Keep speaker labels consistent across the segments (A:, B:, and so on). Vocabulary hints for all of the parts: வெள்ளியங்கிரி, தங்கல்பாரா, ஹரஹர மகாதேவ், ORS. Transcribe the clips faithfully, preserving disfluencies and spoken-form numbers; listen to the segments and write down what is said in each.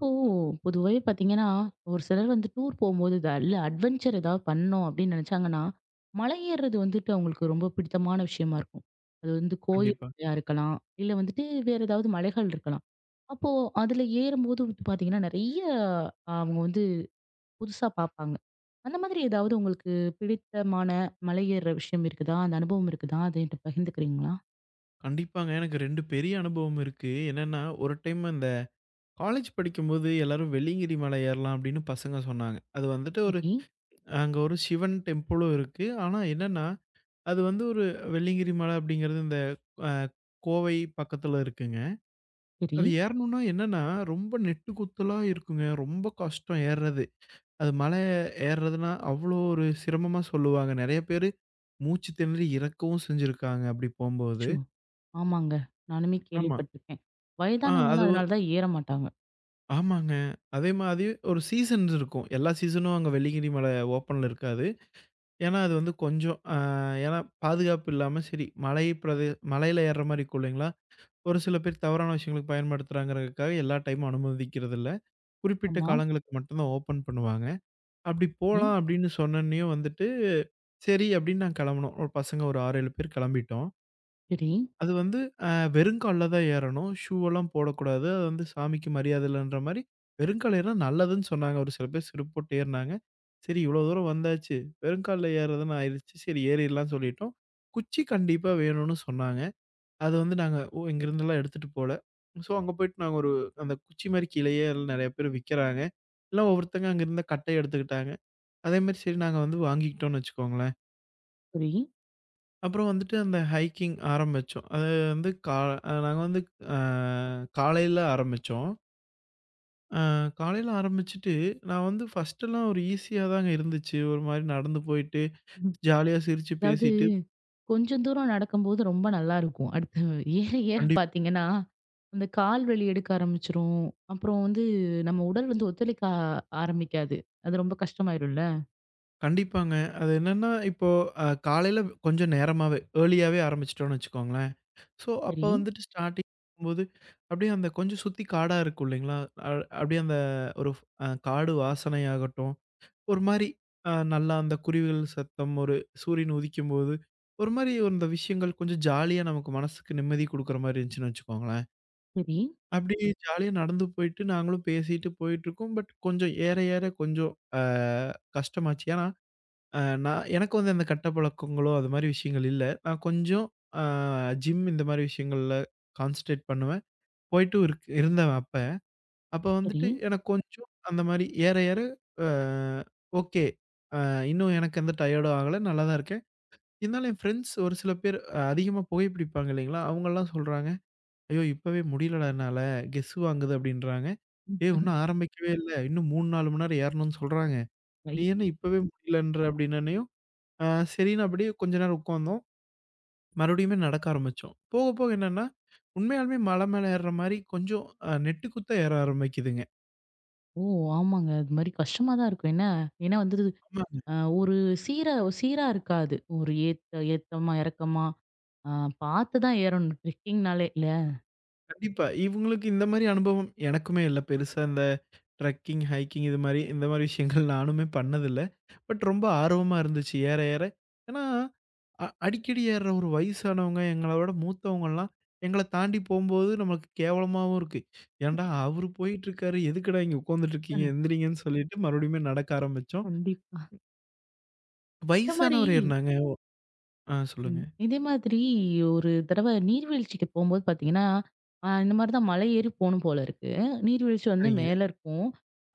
A: இப்போ பொதுவாவே பார்த்தீங்கன்னா, ஒரு சிலர் வந்து tour போம்போது, நல்ல adventure ஏதாவது பண்ணணும் அப்படின்னு நினைச்சாங்கன்னா, மலை ஏறுறது வந்துட்டு அவங்களுக்கு ரொம்ப பிடித்தமான விஷயமா இருக்கும். அது வந்து
B: கண்டிப்பா.
A: கோயிலா இருக்கலாம், இல்ல வந்துட்டு வேற ஏதாவது மலைகள் இருக்கலாம். அப்போ அதுல ஏறும்போது வந்து பார்த்தீங்கன்னா, நெறைய அவங்க வந்து புதுசா பார்ப்பாங்க. அந்த மாதிரி ஏதாவது உங்களுக்கு பிடித்தமான மலை ஏறுற விஷயம் இருக்குதா? அந்த அனுபவம் இருக்குதா? அத என்கிட்ட பகிர்ந்துக்கிறீங்களா?
B: கண்டிப்பாங்க. எனக்கு ரெண்டு பெரிய அனுபவம் இருக்கு. என்னன்னா, ஒரு டைம் அந்த காலேஜ் படிக்கும்போது எல்லாரும் வெள்ளியங்கிரி மலை ஏறலாம் அப்படின்னு பசங்க சொன்னாங்க. அது வந்துட்டு ஒரு
A: சரி,
B: அங்க ஒரு சிவன் டெம்பிளும் இருக்கு. ஆனா என்னன்னா, அது வந்து ஒரு வெள்ளியங்கிரி மலை அப்படிங்கிறது இந்த அ கோவை பக்கத்துல இருக்குங்க.
A: சரி.
B: அது ஏறணும்னா என்னன்னா, ரொம்ப நெட்டு குத்தலா இருக்குங்க. ரொம்ப கஷ்டம் ஏறுறது. அது மலை ஏறுறதுன்னா அவ்வளோ ஒரு சிரமமா சொல்லுவாங்க. நெறைய பேரு மூச்சு திணறி இறக்கவும் செஞ்சிருக்காங்க அப்படி போம்போது.
A: அச்சோ! ஆமாங்க. நானுமே
B: ஆமா.
A: கேள்விப்பட்டிருக்கேன்.
B: ஆ
A: வயதானவங்கலாம்
B: அது
A: அதனால தான் ஏற மாட்டாங்க.
B: ஆமாங்க. அதே மாதிரி ஒரு சீசன்ஸ் இருக்கும். எல்லா சீசனும் அங்க வெள்ளியங்கிரி மலை ஓப்பன்ல இருக்காது. ஏன்னா, அது வந்து கொஞ்சம் அ ஏன்னா பாதுகாப்பு இல்லாம சரி மலை பிரதே மலையில ஏறுற மாரி இருக்கும் இல்லைங்களா? ஒரு சில பேர் தவறான விஷயங்களுக்கு பயன்படுத்துறாங்கிறதுக்காக எல்லா டைமும் அனுமதிக்கிறதில்ல. குறிப்பிட்ட
A: ஆமா.
B: காலங்களுக்கு மட்டும் தான் ஓப்பன் பண்ணுவாங்க. அப்படி
A: சரி,
B: போலாம் அப்படின்னு சொன்னோனேயும் வந்துட்டு, சரி அப்படின்னு நாங்க கெளம்புனோம். ஒரு பசங்க ஒரு ஆறு, ஏழு பேர் கெளம்பிட்டோம்.
A: சரி,
B: அது வந்து அ வெறுங்கால்ல தான் ஏறணும். ஷூவெல்லாம் போடக்கூடாது. அது வந்து சாமிக்கு மரியாதை இல்லன்ற மாரி, வெறுங்கால் ஏறினா நல்லதுன்னு சொன்னாங்க. ஒரு சில பேர் செருப்பு போட்டு ஏறுனாங்க. சரி இவ்வளோ தூரம் வந்தாச்சு. வெறுங்கால்ல ஏறுறதுன்னு ஆயிருச்சு. சரி ஏறிடலாம்னு சொல்லிட்டோம். குச்சி கண்டிப்பா வேணும்னு சொன்னாங்க. அது வந்து நாங்க ஓ இங்கருந்துலாம் எடுத்துட்டு போல. ஸோ அங்க போயிட்டு நாங்க ஒரு அந்த குச்சி மாரி கீழயே நெறைய பேர் விக்கிறாங்க. எல்லாம் ஒவ்வொருத்தங்க அங்க இருந்த கட்டைய எடுத்துக்கிட்டாங்க. அதே மாரி சரி நாங்க வந்து வாங்கிக்கிட்டோம்னு வச்சுக்கோங்களேன்.
A: சரி.
B: அப்புறம் வந்துட்டு அந்த ஹைக்கிங் ஆரம்பிச்சோம். அது வந்து கா அ நாங்க வந்து அ காலையில ஆரம்பிச்சோம். அ காலையில ஆரம்பிச்சுட்டு, நான் வந்து ஃபர்ஸ்ட்டெல்லாம் ஒரு ஈஸியா தாங்க இருந்துச்சு. ஒரு மாரி நடந்து போயிட்டு,
A: ம்.
B: ஜாலியா சிரிச்சு
A: அதாவது
B: பேசிட்டு
A: கொஞ்சம் தூரம் நடக்கும்போது ரொம்ப நல்லா இருக்கும். அடுத்து ஏற ஏற
B: கண்டிப்
A: பார்த்தீங்கன்னா, அந்த கால் வலி எடுக்க ஆரம்பிச்சுரும். அப்புறம் வந்து நம்ம உடல் வந்து ஒத்துழைக்க ஆ ஆரம்பிக்காது. அது ரொம்ப கஷ்டமாயிரும்ல.
B: கண்டிப்பாங்க. அது என்னன்னா, இப்போ அ காலையில கொஞ்சம் நேரமாவே, ஏர்லியாவே ஆரம்பிச்சுட்டோம்னு வச்சுக்கோங்களேன். ஸோ, அப்ப
A: சரி,
B: வந்துட்டு ஸ்டார்ட்டிங் போது அப்படியே அந்த கொஞ்சம் சுத்தி காடா இருக்கும் இல்லைங்களா? அ அப்படியே அந்த ஒரு அ காடு வாசனையாகட்டும் ஒரு மாரி அ நல்லா அந்த குருவிகள் சத்தம், ஒரு சூரியன் உதிக்கும்போது, ஒரு மாரி இந்த விஷயங்கள் கொஞ்சம் ஜாலியா நமக்கு மனசுக்கு நிம்மதி குடுக்குற மாரி இருந்துச்சுன்னு வச்சுக்கோங்களேன்.
A: சரி,
B: அப்படி ஜாலியா நடந்து போயிட்டு நாங்களும் பேசிட்டு போயிட்டுருக்கோம். பட் கொஞ்சம் ஏற ஏற கொஞ்சம் அ கஷ்டமாச்சு. ஏன்னா, அ நான் எனக்கு வந்து அந்த கெட்ட பழக்கங்களோ அது மாரி விஷயங்கள் இல்ல. நான் கொஞ்சம் அ ஜிம் இந்த மாரி விஷயங்கள்ல கான்சன்ட்ரேட் பண்ணுவேன். போயிட்டும் இருக் இருந்தேன் அப்ப. அப்ப
A: சரி.
B: வந்துட்டு எனக்கு கொஞ்சம் அந்த மாரி ஏற ஏற அ ஓகே. அ இன்னும் எனக்கு எந்த டயர்டும் ஆகல. நல்லா தான் இருக்கேன். இருந்தாலும் என் ஃப்ரெண்ட்ஸ் ஒரு சில பேர் அ அதிகமா புகைப்பிடிப்பாங்க இல்லைங்களா? அவங்கலாம் சொல்றாங்க, "ஐயோ! இப்பவே முடியலடா என்னால. கெஸ்ஸு வாங்குது" அப்படின்றாங்க. "ஏய்! இன்னும் ஆரம்பிக்கவே இல்ல. இன்னும் மூணு, நாலு மணி நேரம் ஏறணும்னு சொல்றாங்க.
A: ஐ
B: நீ என்ன இப்பவே முடியலன்ற?" அப்படின்னனையும், அ சரின்னு அப்படியே கொஞ்ச நேரம் உட்காந்தோம். மறுபடியுமே நடக்க ஆரம்பிச்சோம். போக போக என்னன்னா, உண்மையாலுமே மலை மேல ஏறுற மாரி கொஞ்சம் அ நெட்டுக்குத்தா ஏற ஆரம்பிக்குதுங்க.
A: ஓ! ஆமாங்க. அது மாரி கஷ்டமா தான் இருக்கும். என்ன ஏன்னா வந்து
B: ஆமாங்க.
A: அ ஒரு சீரா சீரா இருக்காது. ஒரு ஏத்த ஏத்தமா, இறக்கமா அ பார்த்து தான் ஏறணும் ட்ரெக்கிங்னாலே இல்ல?
B: கண்டிப்பா. இவங்களுக்கு இந்த மாரி அனுபவம் எனக்குமே இல்ல. பெருசா இந்த ட்ரெக்கிங், ஹைக்கிங் இது மாரி இந்த மாரி விஷயங்கள் நானுமே பண்ணதில்ல. பட் ரொம்ப ஆர்வமா இருந்துச்சு ஏற ஏற. ஏன்னா, அ அடிக்கடி ஏறுற ஒரு வயசானவங்க, எங்களோட மூத்தவங்கலாம் எங்கள தாண்டி போம்போது நம்மளுக்கு கேவலமாவும் இருக்கு. ஏன்டா அவரு போயிட்டுருக்காரு, எதுக்குடா இங்க உட்காந்துட்டுருக்கீங்க எந்திரிங்கன்னு சொல்லிட்டு மறுபடியுமே நடக்க ஆரம்பிச்சோம்.
A: கண்டிப்பா. இந்த மாரி
B: வயசானவர் ஏறுனாங்க. ஆ
A: ம்.
B: சொல்லுங்க.
A: இதே மாதிரி ஒரு தடவ நீர்வீழ்ச்சிக்கு போம்போது பார்த்தீங்கன்னா, அ இந்த மாரி தான் மலை ஏறி போணும் போல இருக்கு. நீர்வீழ்ச்சி வந்து
B: சரிங்க.
A: மேல இருக்கும்.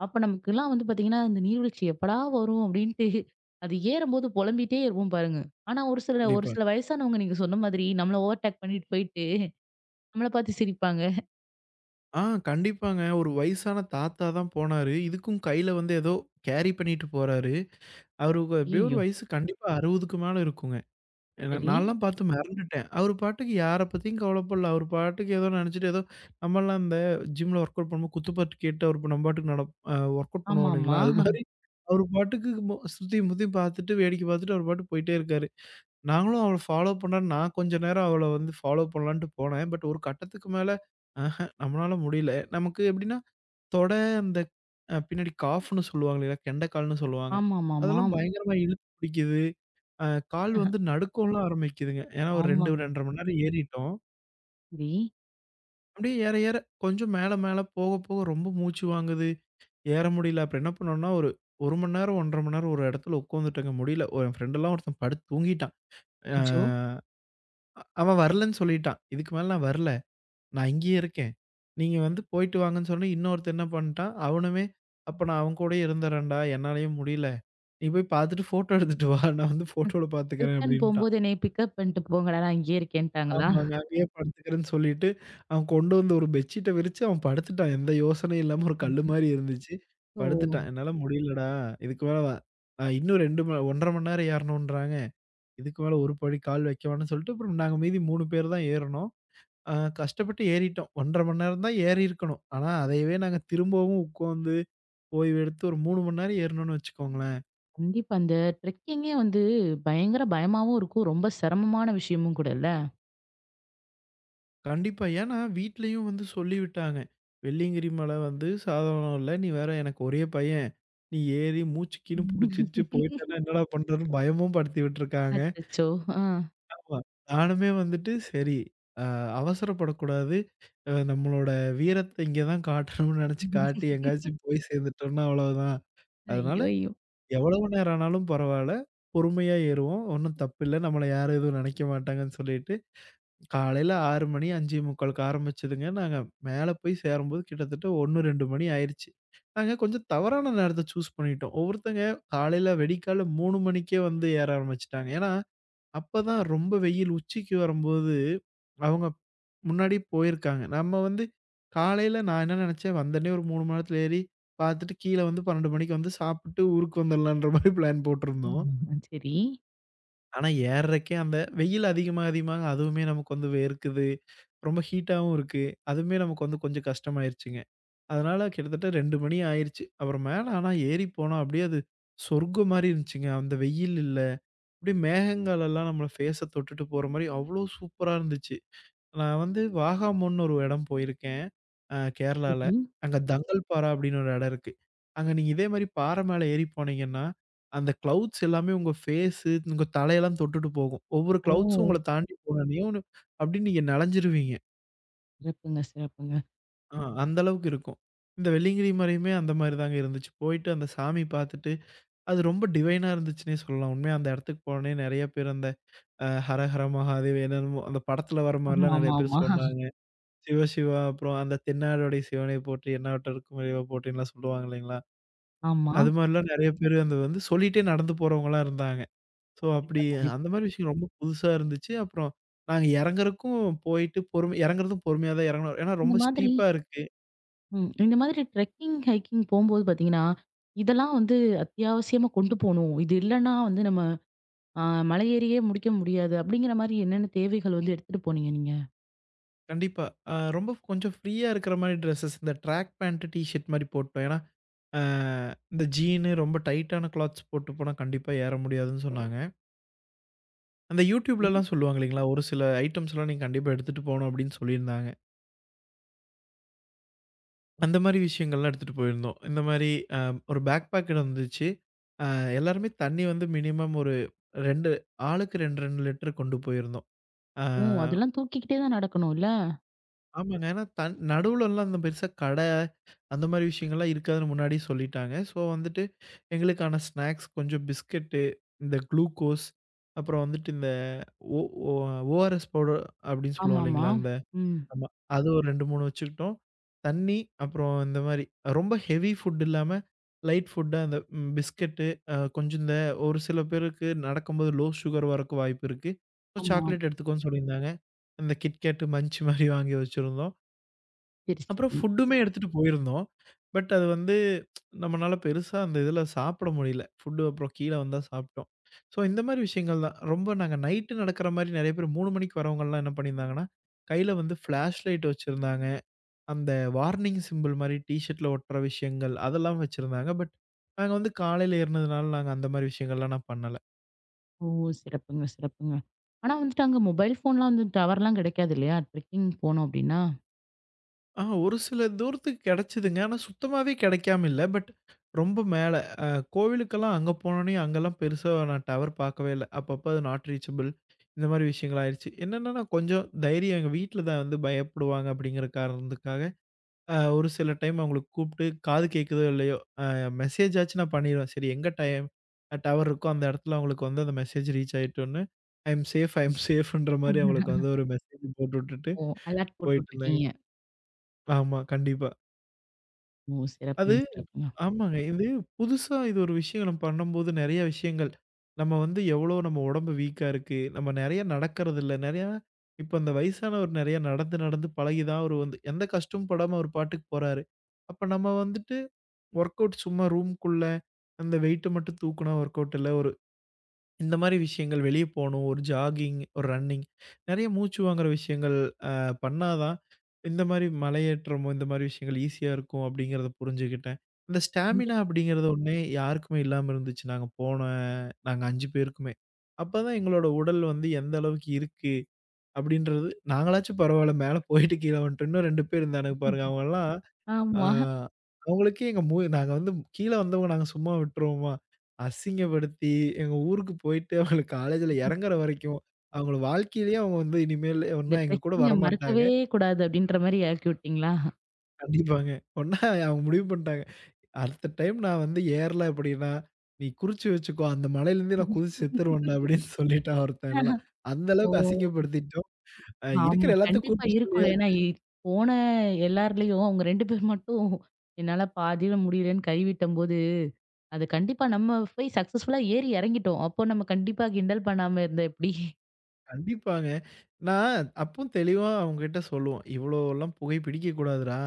A: அப்ப நமக்கெல்லாம் வந்து பார்த்தீங்கன்னா, இந்த நீர்வீழ்ச்சி எப்படா வரும்? அப்படின்ட்டு அது ஏறும்போது புலம்பிட்டே இருப்போம் பாருங்க. ஆனா ஒரு சில ஒரு
B: கண்டிப்பா.
A: சில வயசானவங்க நீங்க சொன்ன மாதிரி நம்மள ஓவர்டேக் பண்ணிட்டு போயிட்டு, நம்மள பார்த்து சிரிப்பாங்க.
B: ஆ கண்டிப்பாங்க. ஒரு வயசான தாத்தா தான் போனாரு. இதுக்கும் கையில வந்து ஏதோ கேரி பண்ணிட்டு போறாரு. அவருக்கு எப்படியோ ஒரு
A: ஐய்யய்யோ!
B: வயசு கண்டிப்பா அறுபதுக்கு மேல இருக்குங்க. ஏன்னா
A: சரி.
B: நான்லாம் பார்த்து மிரண்டுட்டேன். அவரு பாட்டுக்கு யார பத்தியும் கவலைப்படல. அவரு பாட்டுக்கு ஏதோ நினைச்சுட்டு ஏதோ நம்மலாம் இந்த ஜிம்ல வொர்க் அவுட் பண்ணும்போது குத்துப்பாட்டு கேட்டு அவரு நம்ம பாட்டுக்கு நட அ வொர்க் அவுட் பண்ணுவோம்
A: ஆமாமா.
B: இல்லைங்களா? அது மாரி அவரு பாட்டுக்கு மு சுத்தியும் முத்தியும் பார்த்துட்டு, வேடிக்கை பார்த்துட்டு அவரு பாட்டுக்கு போயிட்டே இருக்காரு. நாங்களும் அவள ஃபாலோ பண்ண நான் கொஞ்ச நேரம் அவள வந்து ஃபாலோ பண்ணலான்ட்டு போனேன். பட் ஒரு கட்டத்துக்கு மேல ஆஹ நம்மளால முடியல. நமக்கு எப்படின்னா தொட அந்த அ பின்னாடி காஃப்ன்னு சொல்லுவாங்க இல்லையா? கெண்டைக்கால்ன்னு சொல்லுவாங்க. அதெல்லாம்
A: ஆமாமாமாம்.
B: பயங்கரமா இழுத்து பிடிக்குது. அ கால் வந்து நடுக்கம்லாம் ஆரம்பிக்குதுங்க. ஏன்னா ஒரு ரெண்டு,
A: ஆமாங்க.
B: ரெண்டு அரை மணி நேரம் ஏறிட்டோம்.
A: சரி.
B: அப்படியே ஏற ஏற கொஞ்சம் மேல மேல போக போக ரொம்ப மூச்சு வாங்குது. ஏற முடியல. அப்புறம் என்ன பண்ணோம்னா, ஒரு 1 மணி நேரம், ஒரு அரை மணி நேரம் ஒரு இடத்துல உட்காந்துட்டேங்க முடியல. என் ஃப்ரெண்டெல்லாம் ஒருத்தன் படுத்து தூங்கிட்டான். அ
A: அச்சோ!
B: அவன் வரலன்னு சொல்லிட்டான். இதுக்கு மேல நான் வரல. நான் இங்கேயே இருக்கேன். நீங்க வந்து போயிட்டு வாங்கன்னு சொன்னே, இன்னொருத்தன் என்ன பண்ட்டான், அவனுமே அப்ப நான் அவன் கூடயே இருந்துர்றேன்டா, என்னாலயும் முடியல. நீ போய் பார்த்துட்டு ஃபோட்டோ எடுத்துட்டு வா. நான் வந்து ஃபோட்டோல பார்த்துக்கிறேன்
A: ரிட்டர்ன்
B: அப்டின்ட்டான்.
A: போம்போது என்னைய பிக்கப் பண்ணிட்டு போங்கடா, நான் இங்கேயே இருக்கேன்ட்டாங்களா?
B: ஆமாங்க. அங்கேயே படுத்துக்கிறேன்னு சொல்லிட்டு, அவன் கொண்டு வந்த ஒரு பெட்ஷீட்ட விரிச்சு அவன் படுத்துட்டான். எந்த யோசனையும் இல்லாம ஒரு கல்லு மாரி இருந்துச்சு.
A: ஓ!
B: படுத்துட்டான். என்னால முடியலடா. இதுக்கு மேல வ அ இன்னும் ரெண்டு ம ஒரு அரை மணி நேரம் ஏறணுன்றாங்க. இதுக்கு மேல ஒரு படி கால் வைக்க வேணாம்னு சொல்லிட்டு, அப்புறம் நாங்க மீதி மூணு பேர் தான் ஏறுனோம். ஆ கஷ்டப்பட்டு ஏறிட்டோம். ஒரு அரை மணி நேரம் தான் ஏறியிருக்கணும். ஆனா, அதையவே நாங்க திரும்பவும் உட்காந்து ஓய்வு எடுத்து ஒரு மூணு மணி நேரம் ஏறணும்னு வச்சுக்கோங்களேன்.
A: கண்டிப்பா. அந்த ட்ரெக்கிங்கே வந்து பயங்கர பயமாவும் இருக்கும். ரொம்ப சிரமமான விஷயமும் கூட இல்ல?
B: கண்டிப்பா. ஏன்னா, வீட்லயும் வந்து சொல்லிவிட்டாங்க. "வெள்ளியங்கிரி மலை வந்து சாதாரணம் இல்ல. நீ வேற எனக்கு ஒரே பையன். நீ ஏறி மூச்சு கீன்னு புடிச்சிருச்சு போயிட்டேன்னா என்னடா பண்றதுன்னு" பயமும் படுத்தி விட்டுருக்காங்க.
A: அச்சச்சோ! ஆ.
B: ஆமா. நானுமே வந்துட்டு சரி அ அவசரப்படக்கூடாது. அ நம்மளோட வீரத்த இங்க தான் காட்டணும்னு நெனச்சு காட்டி எங்கேயாச்சும் போய் சேர்ந்துட்டோம்னா அவ்வளவுதான். அதனால
A: ஐயோ! ஐயோ!
B: எவ்வளவு நேரம் ஆனாலும் பரவால்ல. பொறுமையா ஏறுவோம். ஒண்ணும் தப்பில்ல. நம்மள யாரும் எதுவும் நெனைக்க மாட்டாங்கன்னு சொல்லிட்டு, காலையில ஆறு மணி 5:45க்கு ஆரம்பிச்சதுங்க. நாங்க மேல போய் சேரும்போது கிட்டத்தட்ட ஒரு, ரெண்டு மணி ஆயிருச்சு. நாங்க கொஞ்சம் தவறான நேரத்த சூஸ் பண்ணிட்டோம். ஒவ்வொருத்தங்க காலையில வெடிக்கால மூணு மணிக்கே வந்து ஏற ஆரம்பிச்சுட்டாங்க. ஏன்னா, அப்பதான் ரொம்ப வெயில் உச்சிக்கு வரும்போது, அவங்க முன்னாடி போயிருக்காங்க. நம்ம வந்து காலையில நான் என்ன நெனச்சேன், வந்தோனே ஒரு மூணு மணி நேரத்துல ஏறி பாத்துட்டு கீழ வந்து பன்னிரெண்டு மணிக்கு வந்து சாப்புட்டு ஊருக்கு வந்துரலான்ற மாரி பிளான் போட்டிருந்தோம்.
A: ம். சரி.
B: ஆனா ஏர்றக்கே அந்த வெயில் அதிகமா அதிகமாக அதுவுமே நமக்கு வந்து வேர்க்குது. ரொம்ப ஹீட்டாவும் இருக்கு. அதுவுமே நமக்கு வந்து கொஞ்சம் கஷ்டமாயிருச்சுங்க. அதனால கிட்டத்தட்ட ரெண்டு மணி ஆயிருச்சு. அப்புறம் மேல ஆனா ஏறி போனோம். அப்படியே அது சொர்க்கம் மாரி இருந்துச்சுங்க. அந்த வெயில் இல்ல. அப்படியே மேகங்கள் எல்லாம் நம்மள ஃபேஸ தொட்டுட்டு போற மாரி அவ்ளோ சூப்பரா இருந்துச்சு. நான் வந்து வாகாமோன்னு ஒரு இடம் போயிருக்கேன். அ கேரளால.
A: சரி.
B: அங்க ம். தங்கல்பாரா அப்படின்னு ஒரு இடம் இருக்கு. அங்க நீங்க இதே மாரி பாறை மேல ஏறி போனீங்கன்னா, அந்த கிளவுட்ஸ் எல்லாமே உங்க ஃபேஸு, உங்க தலையெல்லாம் தொட்டுட்டு போகும். ஒவ்வொரு
A: ஓ!
B: கிளவுட்ஸும் உங்கள தாண்டி போனோனையும் அப்படியே நீங்க நனைஞ்சிருவீங்க.
A: சிறப்புங்க, சிறப்புங்க.
B: அ அந்த அளவுக்கு இருக்கும். இந்த வெள்ளியங்கிரி மலையுமே அந்த மாரி தாங்க இருந்துச்சு. போயிட்டு அந்த சாமி பார்த்துட்டு, அது ரொம்ப டிவைனா இருந்துச்சுன்னே சொல்லலாம். உண்மையா அந்த இடத்துக்கு போனோனே நெறைய பேர் அந்த அ ஹரஹர மகாதேவ் என்னென்னமோ அந்த படத்துல வர
A: ஆமா,
B: மாரிலாம் நெறைய
A: ஆமா,
B: பேர்
A: ஆமா.
B: சொன்னாங்க. சிவ சிவா அப்புறம் அந்த "தென்னாடுடை சிவனை போற்றி எண்ணற்றவர்க்கும் இறைவா போற்றின்லாம்" சொல்லுவாங்க இல்லைங்களா?
A: ஆமா.
B: அது மாரிலாம் நெறைய பேரு அந்த வந்து சொல்லிட்டே நடந்து போறவங்கலாம் இருந்தாங்க. ஸோ அப்படி
A: கண்டிப்பா, கண்டிப்பா.
B: அந்த மாரி விஷயம் ரொம்ப புதுசா இருந்துச்சு. அப்புறம் நாங்க எறங்குறக்கும் போயிட்டு பொறுமை எறங்குறதும் பொறுமையா தான் எறங்குனோம். ஏன்னா
A: இந்த
B: ரொம்ப
A: மாதிரி
B: ஸ்டீப்பா இருக்கு.
A: ம். இந்த மாதிரி ட்ரெக்கிங், ஹைக்கிங் போம்போது பார்த்தீங்கன்னா, இதெல்லாம் வந்து அத்தியாவசியமா கொண்டு போணும். இது இல்லன்னா வந்து நம்ம அ மலை ஏறியே முடிக்க முடியாது. அப்படிங்கிற மாரி என்னென்ன தேவைகள் வந்து எடுத்துட்டு போனீங்க நீங்க?
B: கண்டிப்பா. அ ரொம்ப கொஞ்சம் ஃப்ரீயா இருக்கிற மாரி ட்ரெஸ்ஸஸ் இந்த ட்ராக் பேண்ட், டீ ஷர்ட் மாரி போட்டோம். ஏன்னா, அ இந்த ஜீனு ரொம்ப டைட்டான கிளாத்ஸ் போட்டு போனா கண்டிப்பா ஏற முடியாதுன்னு சொன்னாங்க. அந்த
A: சரி.
B: YouTubeலலாம் சொல்லுவாங்க இல்லைங்களா, ஒரு சில ஐட்டம்ஸ்லாம் நீங்க கண்டிப்பா எடுத்துட்டு போணும் அப்படின்னு சொல்லியிருந்தாங்க. அந்த மாரி விஷயங்கள்லாம் எடுத்துட்டு போயிருந்தோம். இந்த மாரி அ ஒரு பேக் பேக் இருந்துச்சு. அ எல்லாருமே தண்ணி வந்து மினிமம் ஒரு ரெண்டு ஆளுக்கு ரெண்டு, ரெண்டு லிட்டர் கொண்டு போயிருந்தோம். அ
A: ஓ! அதெல்லாம் தூக்கிக்கிட்டே தான் நடக்கணும் இல்ல?
B: ஆமாங்க. ஏன்னா தண் நடுவுலலாம் அந்த பெருசா கடை, அந்த மாரி விஷயங்கள்லாம் இருக்காதுன்னு முன்னாடியே சொல்லிட்டாங்க. ஸோ வந்துட்டு எங்களுக்கான ஸ்நாக்ஸ் கொஞ்சம் பிஸ்கட்டு, இந்த குளுக்கோஸ், அப்புறம் வந்துட்டு இந்த ஓ ஓ ORS பவுடர் அப்படின்னு சொல்லுவோம்
A: ஆமாமா.
B: இல்லைங்களா, அந்த
A: ம்.
B: ஆமா. அது ஒரு ரெண்டு, மூணு வச்சுக்கிட்டோம். தண்ணி, அப்புறம் இந்த மாரி ரொம்ப ஹெவி ஃபுட் இல்லாம, லைட் ஃபுட்டா அந்த ம் பிஸ்கட்டு, அ கொஞ்சம் இந்த ஒரு சில பேருக்கு நடக்கும்போது லோ சுகர் வரக்கு வாய்ப்பு இருக்கு. ஸோ
A: ஆமா.
B: சாக்லேட் எடுத்துக்கோன்னு சொல்லியிருந்தாங்க. அந்த கிட்கேட், மன்ச் மாரி வாங்கி வச்சிருந்தோம்.
A: சரி,
B: அப்புறம்
A: சரி.
B: ஃபுட்டுமே எடுத்துட்டு போயிருந்தோம். பட் அது வந்து நம்மனால பெருசா அந்த இதுல சாப்பிட முடியல. ஃபுட்டு அப்புறம் கீழ வந்தா சாப்பிட்டோம். ஸோ இந்த மாரி விஷயங்கள் தான். ரொம்ப நாங்க நைட்டு நடக்கிற மாரி நெறைய பேர் மூணு மணிக்கு வரவங்கலாம் என்ன பண்ணியிருந்தாங்கன்னா, கையில வந்து ஃபிளாஷ் லைட் வச்சிருந்தாங்க. அந்த வார்னிங் சிம்பிள் மாரி டீ ஷர்ட்ல ஒட்டுற விஷயங்கள் அதெல்லாம் வச்சிருந்தாங்க. பட் நாங்க வந்து காலையில ஏறுனதுனால நாங்க அந்த மாரி விஷயங்கள்லாம் நான் பண்ணல.
A: ஓ! சிறப்புங்க, சிறப்புங்க. ஆனா வந்துட்டு அங்க மொபைல் ஃபோன்லாம் வந்து டவர்லாம் கிடைக்காது இல்லையா? ட்ரெக்கிங் போனோம் அப்படின்னா.
B: ஆ ஒரு சில தூரத்துக்கு கெடைச்சதுங்க. ஆனா சுத்தமாவே கெடைக்காம இல்ல. பட் ரொம்ப மேல அ கோவிலுக்கெல்லாம் அங்க போனோனே, அங்கலாம் பெருசா நான் டவர் பார்க்கவே இல்ல. அப்பப்ப அது நாட் ரீச்சபிள் இந்த மாரி விஷயங்கள் ஆயிருச்சு. என்னன்னா நான் கொஞ்சம் தைரியம் எங்க வீட்ல தான் வந்து பயப்படுவாங்க அப்படிங்கிற காரணத்துக்காக, அ ஒரு சில டைம் அவங்களுக்கு கூப்ட்டு காது கேட்குதோ இல்லையோ, அ மெசேஜ் ஆச்சு நான் பண்ணிருவேன். சரி எங்க டைம் டவர் இருக்கோ அந்த இடத்துல அவங்களுக்கு வந்து அந்த மெசேஜ் ரீச் ஆயிட்டோனே, I am safe I am சேஃப்ன்ற மாரி அவங்களுக்கு வந்து ஒரு மெசேஜ் போட்டுட்டுட்டு
A: ஓ! அலர்ட் போட்டு
B: போயிட்டுருந்தேங்க.
A: விட்டுருக்கீங்க.
B: ஆமா, கண்டிப்பா.
A: ஓ!
B: அது
A: சிறப்புங்க, சிறப்புங்க.
B: ஆமாங்க. இது புதுசா இது ஒரு விஷயம் நம்ம பண்ணும்போது நெறைய விஷயங்கள், நம்ம வந்து எவ்வளோ நம்ம உடம்பு வீக்கா இருக்கு. நம்ம நெறைய நடக்கறதில்ல. நெறையா இப்ப அந்த வயசானவர் நெறைய நடந்து, நடந்து பழகி தான் அவரு வந்து எந்த கஷ்டமும் படாம அவரு பாட்டுக்கு போறாரு. அப்ப நம்ம வந்துட்டு ஒர்க் அவுட் சும்மா ரூம்க்குள்ள அந்த வெயிட்ட மட்டும் தூக்குனா ஒர்க் அவுட் இல்ல. ஒரு இந்த மாரி விஷயங்கள் வெளிய போணும். ஒரு ஜாகிங், ஒரு ரன்னிங் நெறைய மூச்சு வாங்குற விஷயங்கள் அ பண்ணா தான், இந்த மாரி மலையேற்றமோ, இந்த மாரி விஷயங்கள் ஈஸியா இருக்கும் அப்படிங்கிறத புரிஞ்சுகிட்டேன். இந்த ஸ்டாமினா
A: கண்டிப்
B: அப்படிங்கிறது ஒண்ணே யாருக்குமே இல்லாம இருந்துச்சு. நாங்க போன நாங்க ஐஞ்சு பேருக்குமே. அப்பதான் எங்களோட உடல் வந்து எந்த அளவுக்கு இருக்கு அப்படின்றது நாங்களாச்சும் பரவால்ல மேல போயிட்டு கீழ வந்துட்டோம். இன்னும் ரெண்டு பேர் இருந்தானுங்க பாருங்க. அவங்கலாம் அ
A: ஆமா.
B: அவங்களுக்கே எங்க மூ நாங்க வந்து கீழ வந்தவங்க நாங்க சும்மா விட்டுருவோமா? அசிங்கப்படுத்தி எங்க ஊருக்கு போயிட்டு அவங்கள காலேஜ்ல இறங்குற வரைக்கும், அவங்கள வாழ்க்கையிலேயே அவங்க வந்து இனிமேல்
A: இந்த
B: ஒன்னும் எங்க கூட
A: ட்ரெக்கிங்க
B: வரமாட்டாங்க.
A: மறக்கவே கூடாது அப்படின்ற மாரி ஆக்கி விட்டீங்களா?
B: கண்டிப்பாங்க. ஒண்ணா அவங்க முடிவு பண்ணிட்டாங்க. அடுத்த டைம் நான் வந்து ஏறல அப்படின்னா, நீ குறிச்சு வச்சுக்கோ. அந்த மலையிலேருந்து நான் குதிச்சு செத்துருவேன்டா அப்படின்னு சொல்லிட்டான் ஒருத்தன்லாம். அந்த
A: ஓ!
B: அளவுக்கு அசிங்கப்படுத்திட்டோம். அ இருக்கிற
A: ஆமா.
B: எல்லாத்தையும்
A: கண்டிப்பா
B: கூப்பிட்டு
A: இருக்கும்ல. ஏன்னா
B: சொல்லியாச்சு.
A: இ போன எல்லார்லயும் அவங்க ரெண்டு பேர் மட்டும் என்னால பாதியில முடியலன்னு கைவிட்டம்போது அது கண்டிப்பா நம்ம போய் சக்சஸ்ஃபுல்லா ஏறி இறங்கிட்டோம். அப்போ நம்ம கண்டிப்பா கிண்டல் பண்ணாம இருந்தா எப்படி?
B: கண்டிப்பாங்க. நான் அப்பவும் தெளிவா அவங்ககிட்ட சொல்லுவோம். இவ்வளோலாம் புகை பிடிக்கக்கூடாதுடா.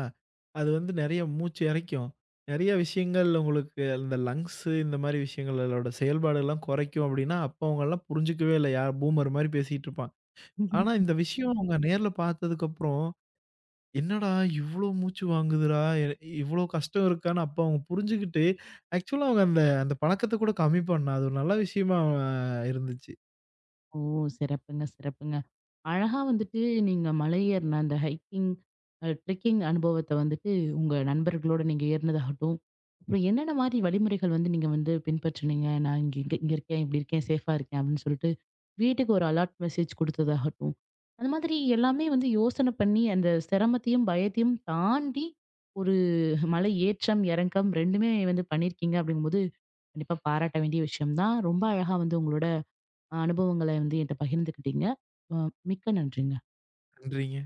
B: அது வந்து நெறைய மூச்சு இரைக்கும். நெறைய விஷயங்கள் உங்களுக்கு அந்த லங்ஸு இந்த மாரி விஷயங்களோட செயல்பாடெல்லாம் குறைக்கும் அப்படின்னா, அப்ப அவங்கலாம் புரிஞ்சுக்கவே இல்ல. யார் பூமர் மாரி பேசிட்டு இருப்பான். ஆனா, இந்த விஷயம் அவங்க நேர்ல பார்த்ததுக்கப்புறம், "என்னடா இவ்ளோ மூச்சு வாங்குதுடா! எ இவ்ளோ கஷ்டம் இருக்கான்னு" அப்ப அவங்க புரிஞ்சுகிட்டு, ஆக்சுவலா அவங்க அந்த அந்த பழக்கத்த கூட கம்மி பண்ணலாம். அது ஒரு நல்ல விஷயமா அஹ், இருந்துச்சு.
A: ஓ! சிறப்புங்க, சிறப்புங்க. அழகா வந்துட்டு நீங்க மலை ஏறுன அந்த ஹைக்கிங், அ ட்ரெக்கிங் அனுபவத்த வந்துட்டு உங்க நண்பர்களோட நீங்க ஏறினதாகட்டும், அப்புறம் என்னென்ன மாரி வழிமுறைகள் வந்து நீங்க வந்து பின்பற்றினீங்க? நான் இங்க இங்க இங்க இருக்கேன், இப்படி இருக்கேன், சேஃபா இருக்கேன் அப்படின்னு சொல்லிட்டு, வீட்டுக்கு ஒரு அலர்ட் மெசேஜ் குடுத்ததாகட்டும், அந்த மாதிரி எல்லாமே வந்து யோசனை பண்ணி, அந்த சிரமத்தையும், பயத்தையும் தாண்டி ஒரு மலை ஏற்றம், இறக்கம் ரெண்டுமே வந்து பண்ணியிருக்கீங்க அப்படிங்கும்போது, கண்டிப்பா பாராட்ட வேண்டிய விஷயம் தான். ரொம்ப அழகா வந்து உங்களோட அனுபவங்கள வந்து என்ட்ட பகிர்ந்துக்கிட்டீங்க. அ மிக்க நன்றிங்க.
B: நன்றிங்க.